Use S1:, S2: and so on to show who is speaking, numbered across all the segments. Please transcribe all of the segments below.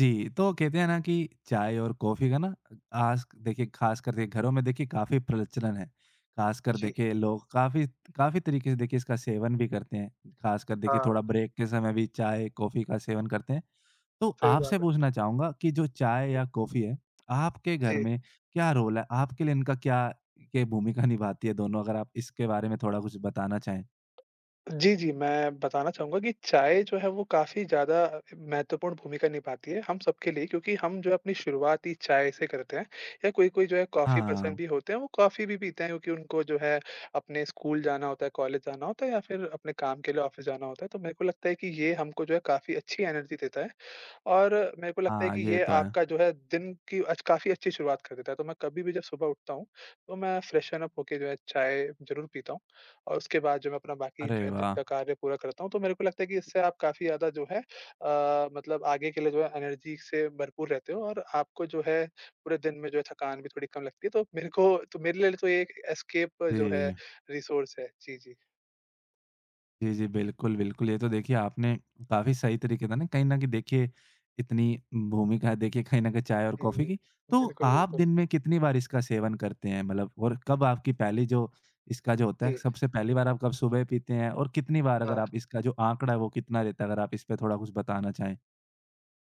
S1: जी, तो कहते हैं ना कि चाय और कॉफ़ी का ना आज देखिए ख़ासकर देखिए घरों में देखिए काफ़ी प्रचलन है। ख़ासकर
S2: जी,
S1: देखिए लोग काफ़ी काफ़ी तरीके से देखिए इसका सेवन भी करते हैं। ख़ासकर देखिए
S2: हाँ,
S1: थोड़ा ब्रेक के समय भी चाय, कॉफ़ी का सेवन करते हैं। तो
S2: सही
S1: आपसे
S2: बात है।
S1: पूछना चाहूँगा कि जो चाय
S2: जी,
S1: या कॉफ़ी है, आपके घर
S2: जी।
S1: में क्या रोल है? आपके लिए इनका क्या ये भूमिका निभाती है दोनों? अगर आप इसके बारे में थोड़ा कुछ बताना चाहें?
S2: जी, जी, मैं बताना चाहूँगा कि चाय जो है वो काफ़ी ज़्यादा महत्वपूर्ण भूमिका निभाती है हम सबके लिए, क्योंकि हम जो है अपनी शुरुआत ही चाय से करते हैं या कोई-कोई जो है कॉफ़ी
S1: हाँ,
S2: पर्सन भी होते हैं, वो कॉफ़ी भी पीते हैं, क्योंकि उनको जो है अपने स्कूल जाना होता है, कॉलेज जाना होता है या फिर अपने काम के लिए ऑफ़िस जाना होता है। तो मेरे को लगता है कि ये हमको जो है काफ़ी अच्छी एनर्जी देता है। और मेरे को लगता है
S1: हाँ,
S2: कि
S1: ये
S2: ये
S1: तो है।
S2: आपका जो है दिन की अच काफ़ी अच्छी शुरुआत कर देता है। तो मैं कभी भी जब सुबह उठता हूँ, तो मैं फ्रेशन अप होके जो है चाय ज़रूर पीता हूँ और उसके बाद जो मैं अपना बाकी
S1: अरे
S2: जो है दिन
S1: वाह!
S2: का कार्य पूरा करता हूँ। तो मेरे को लगता है कि इससे आप काफ़ी ज़्यादा जो है मतलब आगे के लिए जो है एनर्जी से भरपूर रहते हो और आपको जो है पूरे दिन में जो है थकान भी थोड़ी कम लगती है। तो मेरे लिए तो ये एक एस्केप जो है
S1: जी।
S2: रिसोर्स है। जी, जी।
S1: जी, जी। बिल्कुल, बिल्कुल। ये तो देखिए आपने काफ़ी सही तरीके से ना कहीं न कहीं देखिए इतनी भूमिका है देखिए कहीं न कहीं चाय और कॉफ़ी
S2: हुँ,
S1: की। तो
S2: बिल्कुल,
S1: आप
S2: बिल्कुल।
S1: दिन में कितनी बार इसका सेवन करते हैं? मतलब और कब आपकी पहली जो इसका जो होता है
S2: जी,
S1: सबसे पहली बार आप कब सुबह पीते हैं? और कितनी बार अगर
S2: हाँ।
S1: आप इसका जो आँकड़ा है वो कितना रहता है? अगर आप इस पे थोड़ा कुछ बताना चाहें।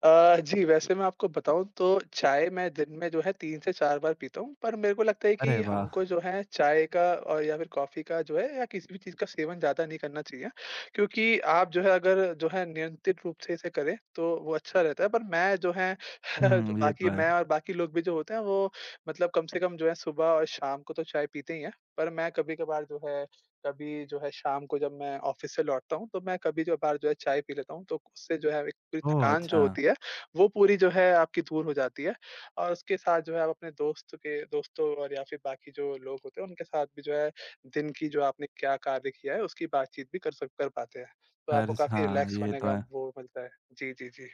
S2: जी, वैसे मैं आपको बताऊँ तो चाय मैं दिन में जो है 3 से 4 बार पीता हूँ, पर मेरे को लगता है
S1: अरे
S2: कि
S1: वाह!
S2: हमको जो है चाय का और या फिर कॉफ़ी का जो है या किसी भी चीज़ का सेवन ज़्यादा नहीं करना चाहिए। क्योंकि आप जो है अगर जो है नियंत्रित रूप से इसे करें, तो वो अच्छा रहता है। पर मैं जो है जो
S1: हुँ, ये
S2: बाकी
S1: तो है।
S2: मैं और बाकी लोग भी जो होते हैं वो मतलब कम से कम जो है सुबह और शाम को तो चाय पीते ही हैं। पर मैं कभी-कभार जो है कभी जो है शाम को जब मैं ऑफ़िस से लौटता हूँ, तो मैं कभी-कभार जो बार जो है चाय पी लेता हूँ, तो उससे जो है एक पूरी
S1: ओह!
S2: थकान जो
S1: अच्छा।
S2: होती है वो पूरी जो है आपकी दूर हो जाती है और उसके साथ जो है आप अपने दोस्त के दोस्तों और या फिर बाकी जो लोग होते हैं उनके साथ भी जो है दिन की जो आपने क्या कार्य किया है उसकी बातचीत भी कर पाते हैं। तो आपको
S1: अर्स
S2: काफ़ी
S1: हाँ,
S2: रिलैक्स
S1: ये
S2: होने
S1: तो
S2: का
S1: है।
S2: वो मिलता है। जी, जी, जी।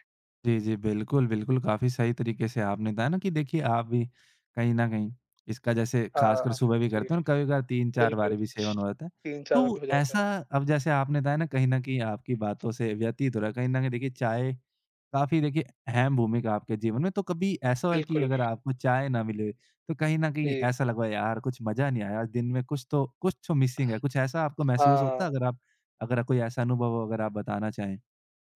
S1: जी, जी। बिल्कुल, बिल्कुल, काफ़ी सही तरीके से आपने बताया ना कि देखिए आप भी कहीं न कहीं इसका जैसे
S2: हाँ,
S1: ख़ासकर
S2: हाँ।
S1: सुबह भी
S2: जी,
S1: करते हैं और कभी-कभार 3-4
S2: बिल्कुल।
S1: बार भी सेवन हो जाता है।
S2: 3-4 में भी
S1: तो
S2: हो जाता है।
S1: ऐसा अब जैसे आपने बताया ना कहीं न कहीं आपकी बातों से व्यतीत हो रहा है, कहीं न कहीं देखिए चाय काफ़ी देखिए अहम भूमिका आपके जीवन में, तो कभी ऐसा हुआ कि
S2: बिल्कुल,
S1: अगर आपको चाय ना मिले तो कहीं न
S2: जी।
S1: कहीं ऐसा लगा यार कुछ मज़ा नहीं आया, आज दिन में कुछ तो मिसिंग है, कुछ ऐसा आपको महसूस होता
S2: हाँ।
S1: है? अगर आप अगर कोई ऐसा अनुभव हो अगर आप बताना चाहें?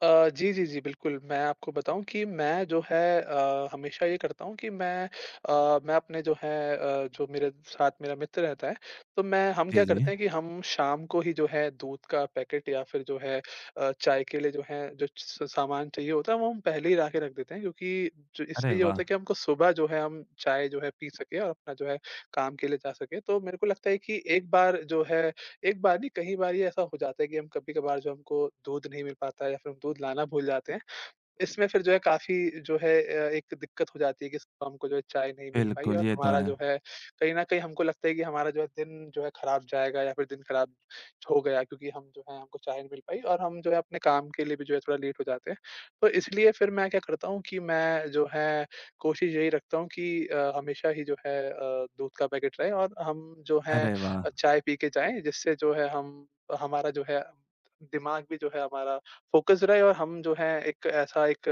S2: जी, जी, जी, बिल्कुल। मैं आपको बताऊँ कि मैं जो है हमेशा ये करता हूँ कि मैं अपने जो है जो मेरे साथ मेरा मित्र रहता है, तो मैं हम क्या
S1: जी, जी।
S2: करते हैं कि हम शाम को ही जो है दूध का पैकेट या फिर जो है चाय के लिए जो है जो स सामान चाहिए होता है, वो हम पहले ही ला के रख देते हैं, क्योंकि जो
S1: अरे
S2: इससे ये होता
S1: वाह!
S2: है कि हमको सुबह जो है हम चाय जो है पी सकें और अपना जो है काम के लिए जा सकें। तो मेरे को लगता है कि एक बार नहीं, कई बार ये ऐसा हो जाता है कि हम कभी-कभार जो हमको दूध नहीं मिल पाता है या फिर हम दूध लाना भूल जाते हैं, इसमें फिर जो है काफ़ी जो है एक दिक्कत हो जाती है कि सुबह हमको जो है चाय नहीं मिल पाई,
S1: बिल्कुल,
S2: और
S1: ये तो
S2: हमारा
S1: है।
S2: जो है कहीं न कहीं हमको लगता है कि हमारा जो है दिन जो है खराब जाएगा या फिर दिन खराब हो गया, क्योंकि हम जो है हमको चाय नहीं मिल पाई और हम जो है अपने काम के लिए भी जो है थोड़ा लेट हो जाते हैं। तो इसलिए फिर मैं क्या करता हूँ कि मैं जो है कोशिश यही रखता हूँ कि हमेशा ही जो है दूध का पैकेट रहे और हम जो है
S1: अरे वाह!
S2: चाय पी के जाएँ, जिससे जो है हम हमारा जो है दिमाग भी जो है हमारा फ़ोकस रहे और हम जो है एक ऐसा एक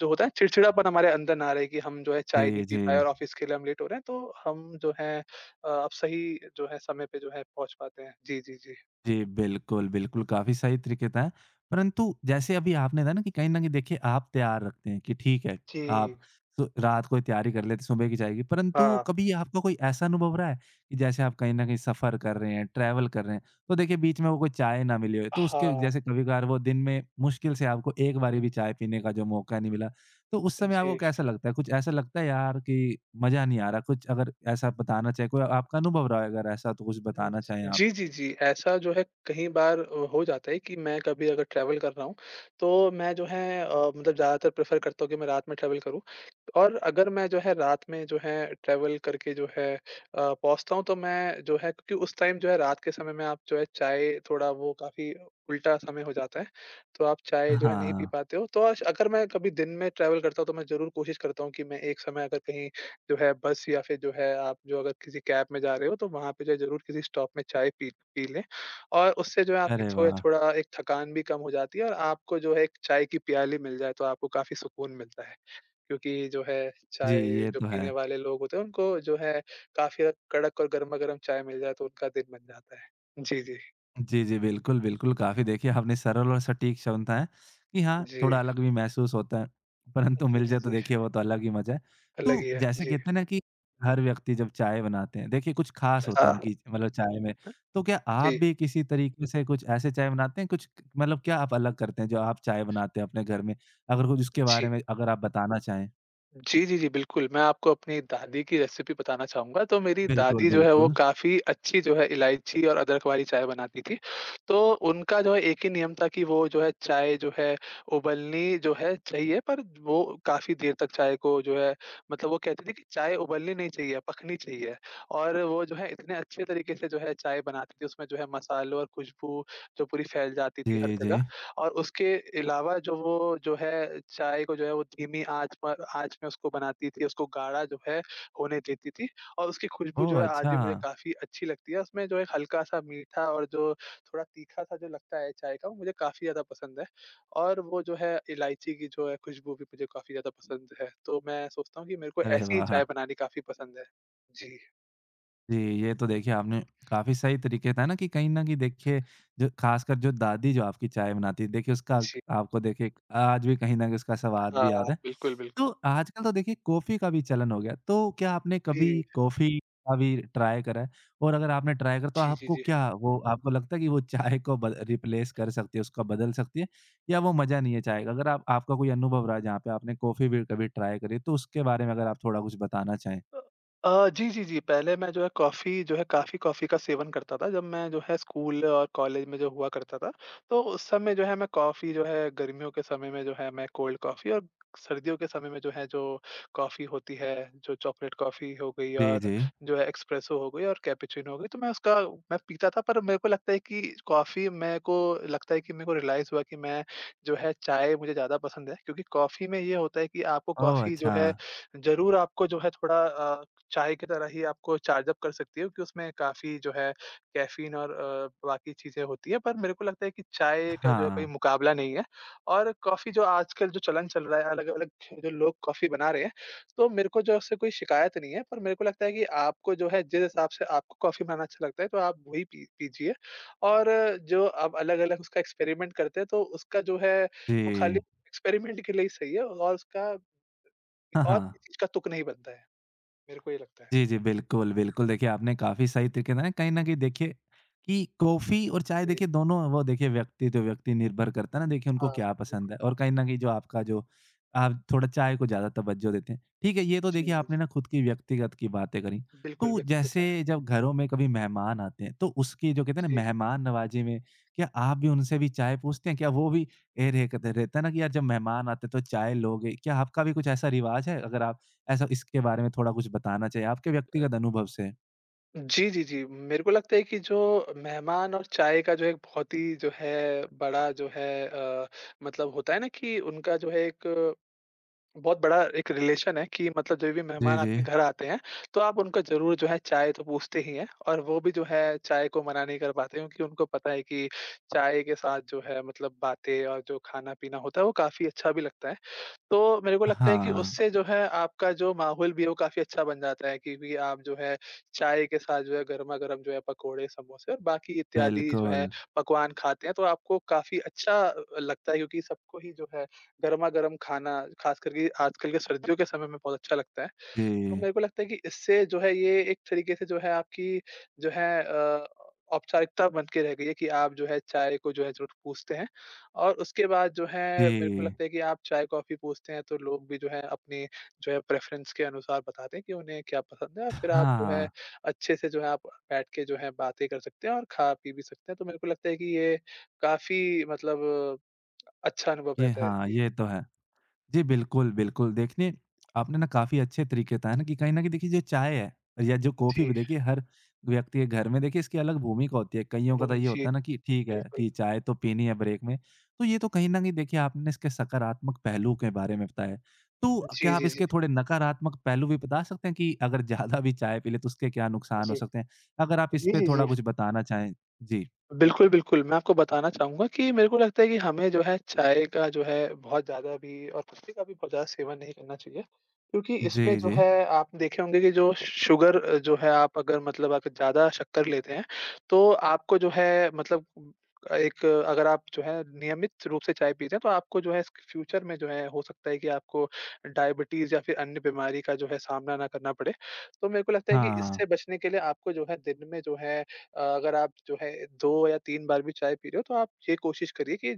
S2: जो होता है चिड़चिड़ापन हमारे अंदर ना रहे कि हम जो है
S1: जी,
S2: चाय नहीं पी
S1: जी।
S2: पाए और ऑफ़िस के लिए हम लेट हो रहे हैं, तो हम जो है अब सही जो है समय पे जो है पहुँच पाते हैं। जी, जी, जी।
S1: जी, बिल्कुल, बिल्कुल, काफ़ी सही तरीके बताएँ। परंतु जैसे अभी आपने बताया ना कि कहीं न कहीं देखिए आप तैयार रखते हैं कि ठीक है,
S2: जी,
S1: आप सु रात को ही तैयारी कर लेते, सुबह की जाएगी। परंतु
S2: हाँ।
S1: कभी आपका कोई ऐसा अनुभव रहा है कि जैसे आप कहीं न कहीं सफ़र कर रहे हैं, ट्रैवल कर रहे हैं, तो देखिए बीच में वो कोई चाय ना मिली हो, तो उसके
S2: हाँ,
S1: जैसे कभी-कभार वो दिन में मुश्किल से आपको एक बारी भी चाय पीने का जो मौका नहीं मिला, तो उस समय आपको
S2: जी।
S1: कैसा लगता है? कुछ ऐसा लगता है यार कि मज़ा नहीं आ रहा, कुछ अगर ऐसा बताना चाहें, कोई आपका अनुभव रहा है अगर ऐसा तो कुछ बताना चाहें आप?
S2: जी, जी, जी। ऐसा जो है कई बार हो जाता है कि मैं कभी अगर ट्रैवल कर रहा हूँ, तो मैं जो है मतलब ज़्यादातर प्रेफ़र करता हूँ कि मैं रात में ट्रैवल करूँ। और अगर मैं जो है रात में जो है ट्रैवल करके जो है पहुँचता हूँ, तो मैं जो है क्योंकि उस टाइम जो है रात के समय में आप जो है चाय थोड़ा वो काफ़ी उल्टा समय हो जाता है, तो आप चाय जो है नहीं पी
S1: हाँ।
S2: पाते हो। तो अश अगर मैं कभी दिन में ट्रैवल करता हूँ, तो मैं ज़रूर कोशिश करता हूँ कि मैं एक समय अगर कहीं जो है बस या फिर जो है आप जो अगर किसी कैब में जा रहे हो, तो वहाँ पे जो है ज़रूर किसी स्टॉप में चाय पी पी लें। और उससे जो है आपकी
S1: अरे
S2: थोड़ा
S1: वाह!
S2: थोड़ा एक थकान भी कम हो जाती है और आपको जो है एक चाय की प्याली मिल जाए तो आपको काफ़ी सुकून मिलता है। क्योंकि जो है
S1: जी,
S2: चाय
S1: ये
S2: जो
S1: तो है।
S2: पीने वाले लोग होते हैं उनको जो है काफ़ी ज़्यादा कड़क और गरमा-गरम चाय मिल जाए तो उनका दिन बन जाता है। जी, जी।
S1: जी, जी, बिल्कुल, बिल्कुल, काफ़ी देखिए आपने सरल और सटीक शब्द हैं कि हाँ,
S2: जी।
S1: थोड़ा अलग भी महसूस होता है, परंतु
S2: जी,
S1: मिल
S2: जी,
S1: जाए तो
S2: जी।
S1: देखिए वो तो अलग ही मज़ा है।
S2: अलग
S1: तो
S2: ही है।
S1: जैसे
S2: जी।
S1: कहते हैं ना कि हर व्यक्ति जब चाय बनाते हैं, देखिए कुछ ख़ास होता है
S2: हाँ।
S1: उनकी मतलब चाय में, तो क्या आप
S2: जी,
S1: भी किसी तरीके से कुछ ऐसे चाय बनाते हैं, कुछ मतलब क्या आप अलग करते हैं जो आप चाय बनाते हैं अपने घर में? अगर कुछ उसके
S2: जी।
S1: बारे में अगर आप बताना चाहें?
S2: जी, जी, जी, बिल्कुल, मैं आपको अपनी दादी की रेसिपी बताना चाहूँगा। तो मेरी
S1: बिल्कुल,
S2: दादी जो है वो
S1: बिल्कुल।
S2: काफ़ी अच्छी जो है इलायची और अदरक वाली चाय बनाती थी। तो उनका जो है एक ही नियम था कि वो जो है चाय जो है उबलनी जो है चाहिए, पर वो काफ़ी देर तक चाय को जो है मतलब वो कहती थी कि चाय उबलनी नहीं चाहिए, पकनी चाहिए। और वो जो है इतने अच्छे तरीके से जो है चाय बनाती थी, उसमें जो है मसालों और खुशबू जो पूरी फैल जाती थी हर
S1: जी, जी।
S2: जगह। और उसके अलावा जो वो जो है चाय को जो है वो धीमी आँच पर आँच में उसको बनाती थी, उसको गाढ़ा जो है होने देती थी, और उसकी खुशबू
S1: ओह!
S2: जो है आज
S1: अच्छा।
S2: भी मुझे काफ़ी अच्छी लगती है। उसमें जो एक हल्का-सा मीठा और जो थोड़ा तीखा-सा जो लगता है चाय का, वो मुझे काफ़ी ज़्यादा पसंद है और वो जो है इलायची की जो है खुशबू भी मुझे काफ़ी ज़्यादा पसंद है। तो मैं सोचता हूँ कि मेरे को
S1: अरे
S2: ऐसी ही
S1: वाह!
S2: चाय बनानी काफ़ी पसंद है। जी,
S1: जी, ये तो देखिए आपने काफ़ी सही तरीके था ना कि कहीं न कहीं देखिए जो ख़ासकर जो दादी जो आपकी चाय बनाती है देखिए उसका
S2: जी।
S1: आपको देखिए आज भी कहीं न कहीं उसका स्वाद
S2: हाँ,
S1: भी याद है।
S2: बिल्कुल, बिल्कुल।
S1: तो आजकल तो देखिए कॉफ़ी का भी चलन हो गया, तो क्या आपने कभी
S2: जी।
S1: कॉफ़ी का भी ट्राई करा है? और अगर आपने ट्राई करा तो
S2: जी, जी,
S1: आपको
S2: जी।
S1: क्या वो आपको लगता है कि वो चाय को बद रिप्लेस कर सकती है, उसका बदल सकती है या वो मज़ा नहीं है चाय का? अगर आप आपका कोई अनुभव रहा है जहाँ पे आपने कॉफ़ी भी कभी ट्राई करी है, तो उसके बारे में अगर आप थोड़ा कुछ बताना चाहें?
S2: अ जी, जी, जी। पहले मैं जो है कॉफ़ी जो है काफ़ी कॉफ़ी का सेवन करता था जब मैं जो है स्कूल और कॉलेज में जो हुआ करता था, तो उस समय जो है मैं कॉफ़ी जो है गर्मियों के समय में जो है मैं कोल्ड कॉफ़ी और सर्दियों के समय में जो है जो कॉफ़ी होती है, जो चॉकलेट कॉफ़ी हो गई
S1: जी,
S2: और
S1: जी।
S2: जो है एस्प्रेसो हो गई और कैपुचिनो हो गई, तो मैं उसका मैं पीता था, पर मेरे को लगता है कि कॉफ़ी मेरे को लगता है कि मेरे को रियलाइज़ हुआ कि मैं जो है चाय मुझे ज़्यादा पसंद है, क्योंकि कॉफ़ी में ये होता है कि आपको
S1: ओह!
S2: कॉफ़ी जो
S1: अच्छा।
S2: है ज़रूर आपको जो है थोड़ा चाय की तरह ही आपको चार्ज अप कर सकती है, क्योंकि उसमें काफ़ी जो है कैफ़ीन और बाकी चीज़ें होती हैं, पर मेरे को लगता है कि चाय का जो है
S1: हाँ,
S2: कोई मुकाबला नहीं है। और कॉफ़ी जो आजकल जो चलन चल रहा है, अलग-अलग जो लोग कॉफ़ी बना रहे हैं, तो मेरे को जो उससे कोई शिकायत नहीं है। पर मेरे को लगता है कि आपको जो है जिस हिसाब से आपको कॉफ़ी बनाना अच्छा लगता है, तो आप वही पी पीजिए। और जो आप अलग-अलग उसका एक्सपेरिमेंट करते हैं, तो उसका जो है वो खाली
S1: जी।
S2: एक्सपेरिमेंट के लिए ही सही है, और उसका
S1: हाँ,
S2: और किसी
S1: हाँ।
S2: चीज़ का तुक नहीं बनता है, मेरे को ये लगता है।
S1: जी, जी। बिल्कुल, बिल्कुल। देखिए, आपने काफ़ी सही तरीके से ना कहीं न कहीं देखिए कि कॉफ़ी और चाय
S2: जी,
S1: देखिए दोनों वो देखिए व्यक्ति जो व्यक्ति निर्भर करता है ना देखिए
S2: हाँ,
S1: उनको क्या पसंद
S2: बिल्कुल।
S1: है और कहीं न कहीं जो आपका जो आप थोड़ा चाय को ज़्यादा तवज्जो देते हैं। ठीक है, ये तो
S2: जी,
S1: देखिए
S2: जी,
S1: आपने
S2: जी।
S1: ना खुद की व्यक्तिगत की बातें करी।
S2: बिल्कुल,
S1: तो
S2: व्यक्तिगत
S1: जैसे
S2: राय।
S1: जब घरों में कभी मेहमान आते हैं, तो उसकी जो कहते हैं ना
S2: जी।
S1: मेहमान नवाज़ी में क्या आप भी उनसे भी चाय पूछते हैं? क्या वो भी ए रह कहते रहता है ना कि यार जब मेहमान आते हैं तो चाय लोगे? क्या आपका भी कुछ ऐसा रिवाज़ है? अगर आप ऐसा इसके बारे में थोड़ा कुछ बताना चाहिए आपके व्यक्तिगत अनुभव से?
S2: जी, जी, जी, मेरे को लगता है कि जो मेहमान और चाय का जो एक बहुत ही जो है बड़ा जो है मतलब होता है ना कि उनका जो है एक बहुत बड़ा एक रिलेशन है कि मतलब जो भी
S1: जी,
S2: मेहमान
S1: जी।
S2: आपके घर आते हैं, तो आप उनको ज़रूर जो है चाय तो पूछते ही हैं और वो भी जो है चाय को मना नहीं कर पाते, क्योंकि उनको पता है कि चाय के साथ जो है मतलब बातें और जो खाना-पीना होता है वो काफ़ी अच्छा भी लगता है। तो मेरे को लगता है कि
S1: हाँ,
S2: उससे जो है आपका जो माहौल भी है वो काफ़ी अच्छा बन जाता है, क्योंकि आप जो है चाय के साथ जो है गरमा-गरम जो है पकोड़े, समोसे और बाकी इत्यादि जो है
S1: बिल्कुल।
S2: पकवान खाते हैं तो आपको काफ़ी अच्छा लगता है क्योंकि सबको ही जो है गरमा-गरम खाना ख़ास करके आजकल के सर्दियों के समय में बहुत अच्छा लगता है। तो
S1: जी,
S2: मेरे को लगता है कि इससे जो है ये एक तरीके से जो है आपकी जो है अ, औपचारिकता बन के रह गई है कि आप जो है चाय को जो है ज़रूर पूछते हैं और उसके बाद जो है मेरे को
S1: जी।
S2: लगता है कि आप चाय कॉफ़ी पूछते हैं तो लोग भी जो है अपनी जो है प्रेफ़रेंस के अनुसार बताते हैं कि उन्हें क्या पसंद है और फिर आप जो है
S1: हाँ,
S2: अच्छे से जो है आप बैठ के जो है बातें कर सकते हैं और खा पी भी सकते हैं। तो मेरे को लगता है कि ये काफ़ी अच्छा अनुभव रहता है।
S1: हाँ,
S2: जी,
S1: ये तो है। जी, बिल्कुल, बिल्कुल। देखिए, आपने ना काफ़ी अच्छे तरीके बताया ना कि कहीं न कहीं देखिए जो चाय है या जो कॉफ़ी
S2: जी,
S1: भी देखिए हर व्यक्ति के घर में देखिए इसकी अलग भूमिका होती है। कइयों का
S2: वो
S1: तो ये
S2: जी,
S1: होता है ना कि ठीक है
S2: बिल्कुल।
S1: कि चाय तो पीनी है ब्रेक में। तो ये तो कहीं न कहीं देखिए आपने इसके सकारात्मक पहलू के बारे में बताया। तो क्या
S2: जी,
S1: आप
S2: जी, जी।
S1: इसके थोड़े नकारात्मक पहलू भी बता सकते हैं कि अगर ज़्यादा भी चाय पी लें तो उसके क्या नुकसान हो
S2: जी।
S1: सकते हैं? अगर आप इस
S2: जी,
S1: पे
S2: जी, जी।
S1: थोड़ा कुछ बताना चाहें? जी।
S2: बिल्कुल, बिल्कुल। मैं आपको बताना चाहूँगा कि मेरे को लगता है कि हमें जो है चाय का जो है बहुत ज़्यादा भी और कॉफ़ी का भी बहुत ज़्यादा सेवन नहीं करना चाहिए। क्योंकि
S1: जी,
S2: इसमें जो
S1: जी।
S2: है आप देखे होंगे कि जो शुगर जो है आप अगर अगर ज़्यादा शक्कर लेते हैं, तो आपको जो है मतलब एक अगर आप जो है नियमित रूप से चाय पीते हैं, तो आपको जो है इसके फ्यूचर में जो है हो सकता है कि आपको डायबिटीज़ या फिर अन्य बीमारी का जो है सामना ना करना पड़े। तो मेरे को लगता है कि इससे
S1: हाँ।
S2: बचने के लिए आपको जो है दिन में अगर आप जो है 2 या 3 बार भी चाय पी रहे हो तो आप ये कोशिश करिए कि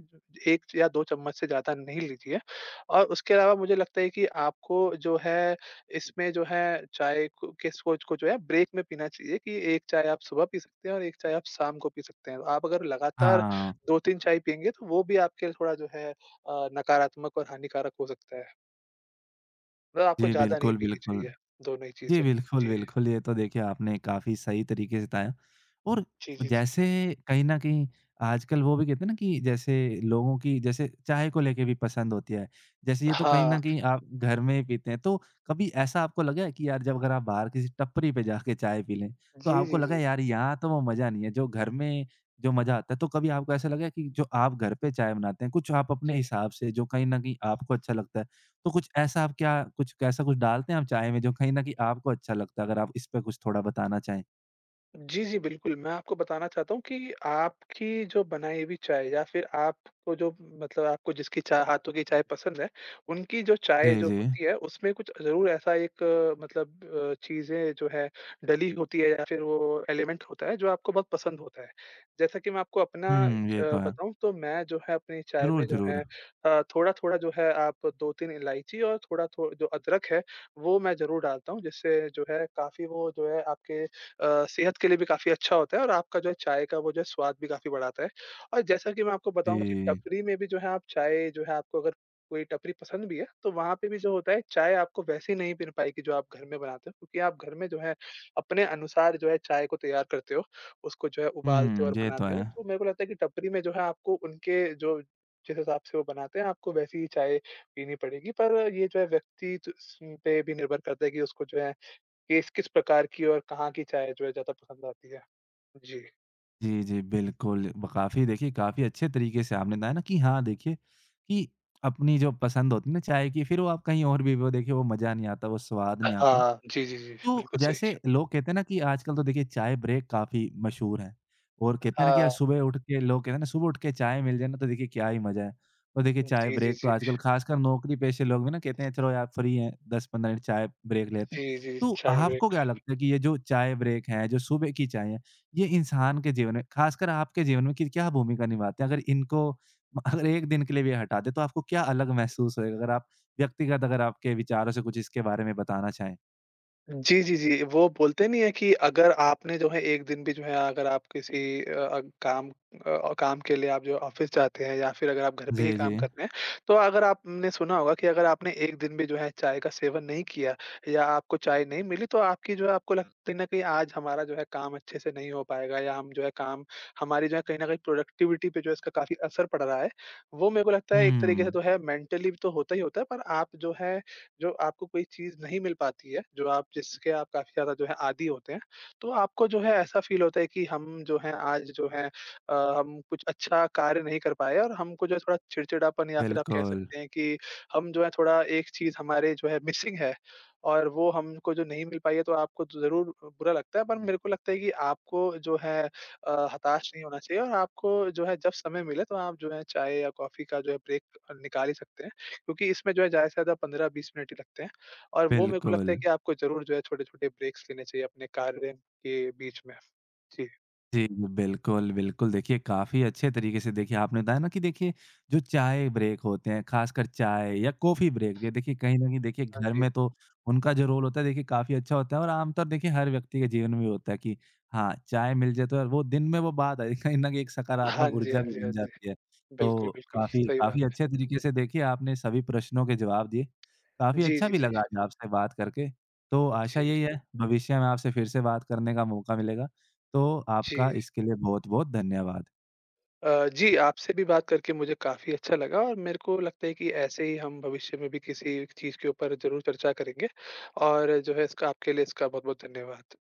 S2: 1 या 2 चम्मच से ज़्यादा नहीं लीजिए। और उसके अलावा मुझे लगता है कि आपको जो है इसमें जो है चाय को के सोच को जो है ब्रेक में पीना चाहिए कि 1 चाय आप सुबह पी सकते हैं और 1 चाय आप शाम को पी सकते हैं। तो आप अगर लगातार
S1: हाँ।
S2: 2-3 चाय पिएँगे तो वो भी आपके लिए थोड़ा नकारात्मक और हानिकारक हो सकता है। मतलब आपको
S1: जी,
S2: ज़्यादा नहीं
S1: बिल्कुल,
S2: पीनी
S1: बिल्कुल।
S2: चाहिए, दोनों ही
S1: जी,
S2: चीज़ें।
S1: बिल्कुल,
S2: जी।
S1: बिल्कुल। ये तो देखिए आपने काफ़ी सही तरीके से बताया और
S2: जी, जी, जी।
S1: जैसे कहीं न कहीं आजकल वो भी कहते हैं ना कि जैसे लोगों की जैसे चाय को लेके भी पसंद होती है। जैसे ये तो कहीं
S2: हाँ।
S1: न कहीं आप घर में ही पीते हैं, तो कभी ऐसा आपको लगा है कि यार जब अगर आप बाहर किसी टपरी पे जाके चाय पी लें, तो
S2: जी,
S1: आपको
S2: जी,
S1: लगा
S2: जी।
S1: यार यहाँ तो वो मज़ा नहीं है जो घर में जो मज़ा आता है। तो कभी आपको ऐसा लगा है कि जो आप घर पे चाय बनाते हैं, कुछ आप अपने
S2: जी।
S1: हिसाब से जो कहीं न कहीं आपको अच्छा लगता है? तो कुछ ऐसा आप क्या कुछ ऐसा कुछ डालते हैं आप चाय में जो कहीं न कहीं आपको अच्छा लगता है? अगर आप इस पे कुछ थोड़ा बताना चाहें?
S2: जी, जी, बिल्कुल। मैं आपको बताना चाहता हूँ कि आपकी जो बनाई हुई चाय या फिर आपको जो आपको जिसकी चा हाथों की चाय पसंद है, उनकी जो चाय
S1: जी,
S2: जो
S1: जी।
S2: होती है, उसमें कुछ ज़रूर ऐसा एक चीज़ें जो है डली होती है या फिर वो एलिमेंट होता है, जो आपको बहुत पसंद होता है। जैसा कि मैं आपको अपना
S1: हुँ, ये तो है।
S2: बताऊँ तो मैं जो है अपनी चाय में
S1: ज़रूर, ज़रूर।
S2: थोड़ा-थोड़ा जो है आप 2-3 इलायची और थोड़ा थो जो अदरक है, वो मैं ज़रूर डालता हूँ, जिससे जो है काफ़ी वो जो है आपके सेहत के लिए भी काफ़ी अच्छा होता है और आपका जो है चाय का वो जो है स्वाद भी काफ़ी बढ़ाता है। और जैसा कि मैं आपको बताऊँ कि
S1: जी।
S2: टपरी में भी जो है आप चाय जो है आपको अगर कोई टपरी पसंद भी है, तो वहाँ पे भी जो होता है चाय आपको वैसी नहीं मिल पाएगी जो आप घर में बनाते हो, क्योंकि आप घर में जो है अपने अनुसार जो है चाय को तैयार करते हो, उसको जो है उबालते हो
S1: हुँ,
S2: और
S1: ये तो
S2: बनाते
S1: है।
S2: हो। तो मेरे को लगता है कि टपरी में जो है आपको उनके जो जिस हिसाब से वो बनाते हैं, आपको वैसी ही चाय पीनी पड़ेगी। पर ये जो है व्यक्ति च स पे भी निर्भर करता है कि उसको जो है किस-किस प्रकार की और कहाँ की चाय जो है ज़्यादा पसंद आती है? जी।
S1: जी, जी, बिल्कुल। ब काफ़ी देखिए काफ़ी अच्छे तरीके से आपने बताया ना कि हाँ, देखिए कि अपनी जो पसंद होती है ना चाय की, फिर वो आप कहीं और भी वो देखिए वो मज़ा नहीं आता, वो स्वाद नहीं आता।
S2: हाँ, जी, जी, जी,
S1: तो
S2: बिल्कुल सही।
S1: जैसे लोग कहते हैं ना कि आजकल तो देखिए चाय ब्रेक काफ़ी मशहूर है और कहते हैं ना कि यार
S2: हाँ,
S1: सुबह उठ के लोग कहते हैं ना सुबह उठ के चाय मिल जाए ना तो देखिए क्या ही मज़ा है। और देखिए चाय
S2: जी, जी,
S1: ब्रेक तो
S2: जी।
S1: आजकल ख़ासकर नौकरी पेशे लोग भी ना कहते हैं चलो यार फ्री हैं 10-15 मिनट चाय ब्रेक लेते हैं।
S2: जी, जी,
S1: तो
S2: चाय
S1: आपको
S2: ब्रेक।
S1: क्या लगता है कि ये जो चाय ब्रेक है, जो सुबह की चाय है, ये इंसान के जीवन में ख़ासकर आपके जीवन में कि क्या भूमिका निभाते हैं? अगर इनको अगर 1 दिन के लिए भी हटा दें तो आपको क्या अलग महसूस होएगा? अगर आप व्यक्तिगत अगर आपके विचारों से कुछ इसके बारे में बताना चाहें?
S2: जी, जी, जी। वो बोलते नहीं है कि अगर आपने जो है 1 दिन भी जो है अगर आप किसी काम काम के लिए आप जो ऑफ़िस जाते हैं या फिर अगर आप घर पे ही
S1: जी,
S2: काम
S1: जी।
S2: कर रहे हैं, तो अगर आपने सुना होगा कि अगर आपने 1 दिन भी जो है चाय का सेवन नहीं किया या आपको चाय नहीं मिली तो आपकी जो है आपको लग कहीं न कहीं आज हमारा जो है काम अच्छे से नहीं हो पाएगा या हम जो है काम हमारी जो है कहीं न कहीं प्रोडक्टिविटी पे जो है इसका काफ़ी असर पड़ रहा है। वो मेरे को लगता है एक तरीके से
S1: हुँ,
S2: तो है मेंटली तो होता ही होता है पर आप जो आपको कोई चीज़ नहीं मिल पाती है, जो आप जिसके आप काफ़ी ज़्यादा जो है आदी होते हैं, तो आपको जो है ऐसा फ़ील होता है कि हम जो हैं आज हम कुछ अच्छा कार्य नहीं कर पाए और हमको जो है थोड़ा चिड़चिड़ापन या फिर आप कह
S1: बिल्कुल,
S2: सकते हैं कि हम जो है थोड़ा एक चीज़ हमारे जो है मिसिंग है और वो हमको जो नहीं मिल पाई है तो आपको ज़रूर बुरा लगता है। पर मेरे को लगता है कि आपको हताश नहीं होना चाहिए और आपको जो है जब समय मिले तो आप जो है चाय या कॉफ़ी का जो है ब्रेक निकाल ही सकते हैं। क्योंकि इसमें जो है ज़्यादा से ज़्यादा 15-20 मिनट ही लगते हैं और वो मेरे को लगता है
S1: बिल्कुल।
S2: कि आपको ज़रूर जो है छोटे-छोटे ब्रेक्स लेने चाहिए अपने कार्य के बीच में। जी,
S1: जी, जी, बिल्कुल, बिल्कुल। देखिए, काफ़ी अच्छे तरीके से देखिए आपने बताया ना कि देखिए, जो चाय ब्रेक होते हैं, खासकर चाय या कॉफ़ी ब्रेक, ये देखिए कहीं न कहीं देखिए
S2: हाँ
S1: घर
S2: जी।
S1: में तो उनका जो रोल होता है देखिए काफ़ी अच्छा होता है और आमतौर देखिए हर व्यक्ति के जीवन में होता है कि हाँ, चाय मिल जाए तो यार वो दिन में वो बात आई कहीं न कहीं एक
S2: हाँ
S1: सकारात्मक
S2: जी,
S1: ऊर्जा
S2: हाँ
S1: भी
S2: जी, हाँ
S1: बन
S2: जी।
S1: जाती है।
S2: बिल्कुल,
S1: तो
S2: बिल्कुल,
S1: काफ़ी
S2: सही बात
S1: काफ़ी अच्छे तरीके से देखिए आपने सभी प्रश्नों के जवाब दिए।
S2: है।
S1: काफ़ी
S2: जी,
S1: अच्छा
S2: जी,
S1: भी
S2: जी।
S1: लगा आज आपसे बात करके। तो आशा
S2: जी,
S1: यही है भविष्य में आपसे फिर से बात करने का मौका मिलेगा। तो आपका
S2: जी।
S1: इसके लिए बहुत-बहुत धन्यवाद।
S2: जी, आपसे भी बात करके मुझे काफ़ी अच्छा लगा और मेरे को लगता है कि ऐसे ही हम भविष्य में भी किसी चीज़ के ऊपर ज़रूर चर्चा करेंगे और जो है इसका आपके लिए इसका बहुत-बहुत धन्यवाद।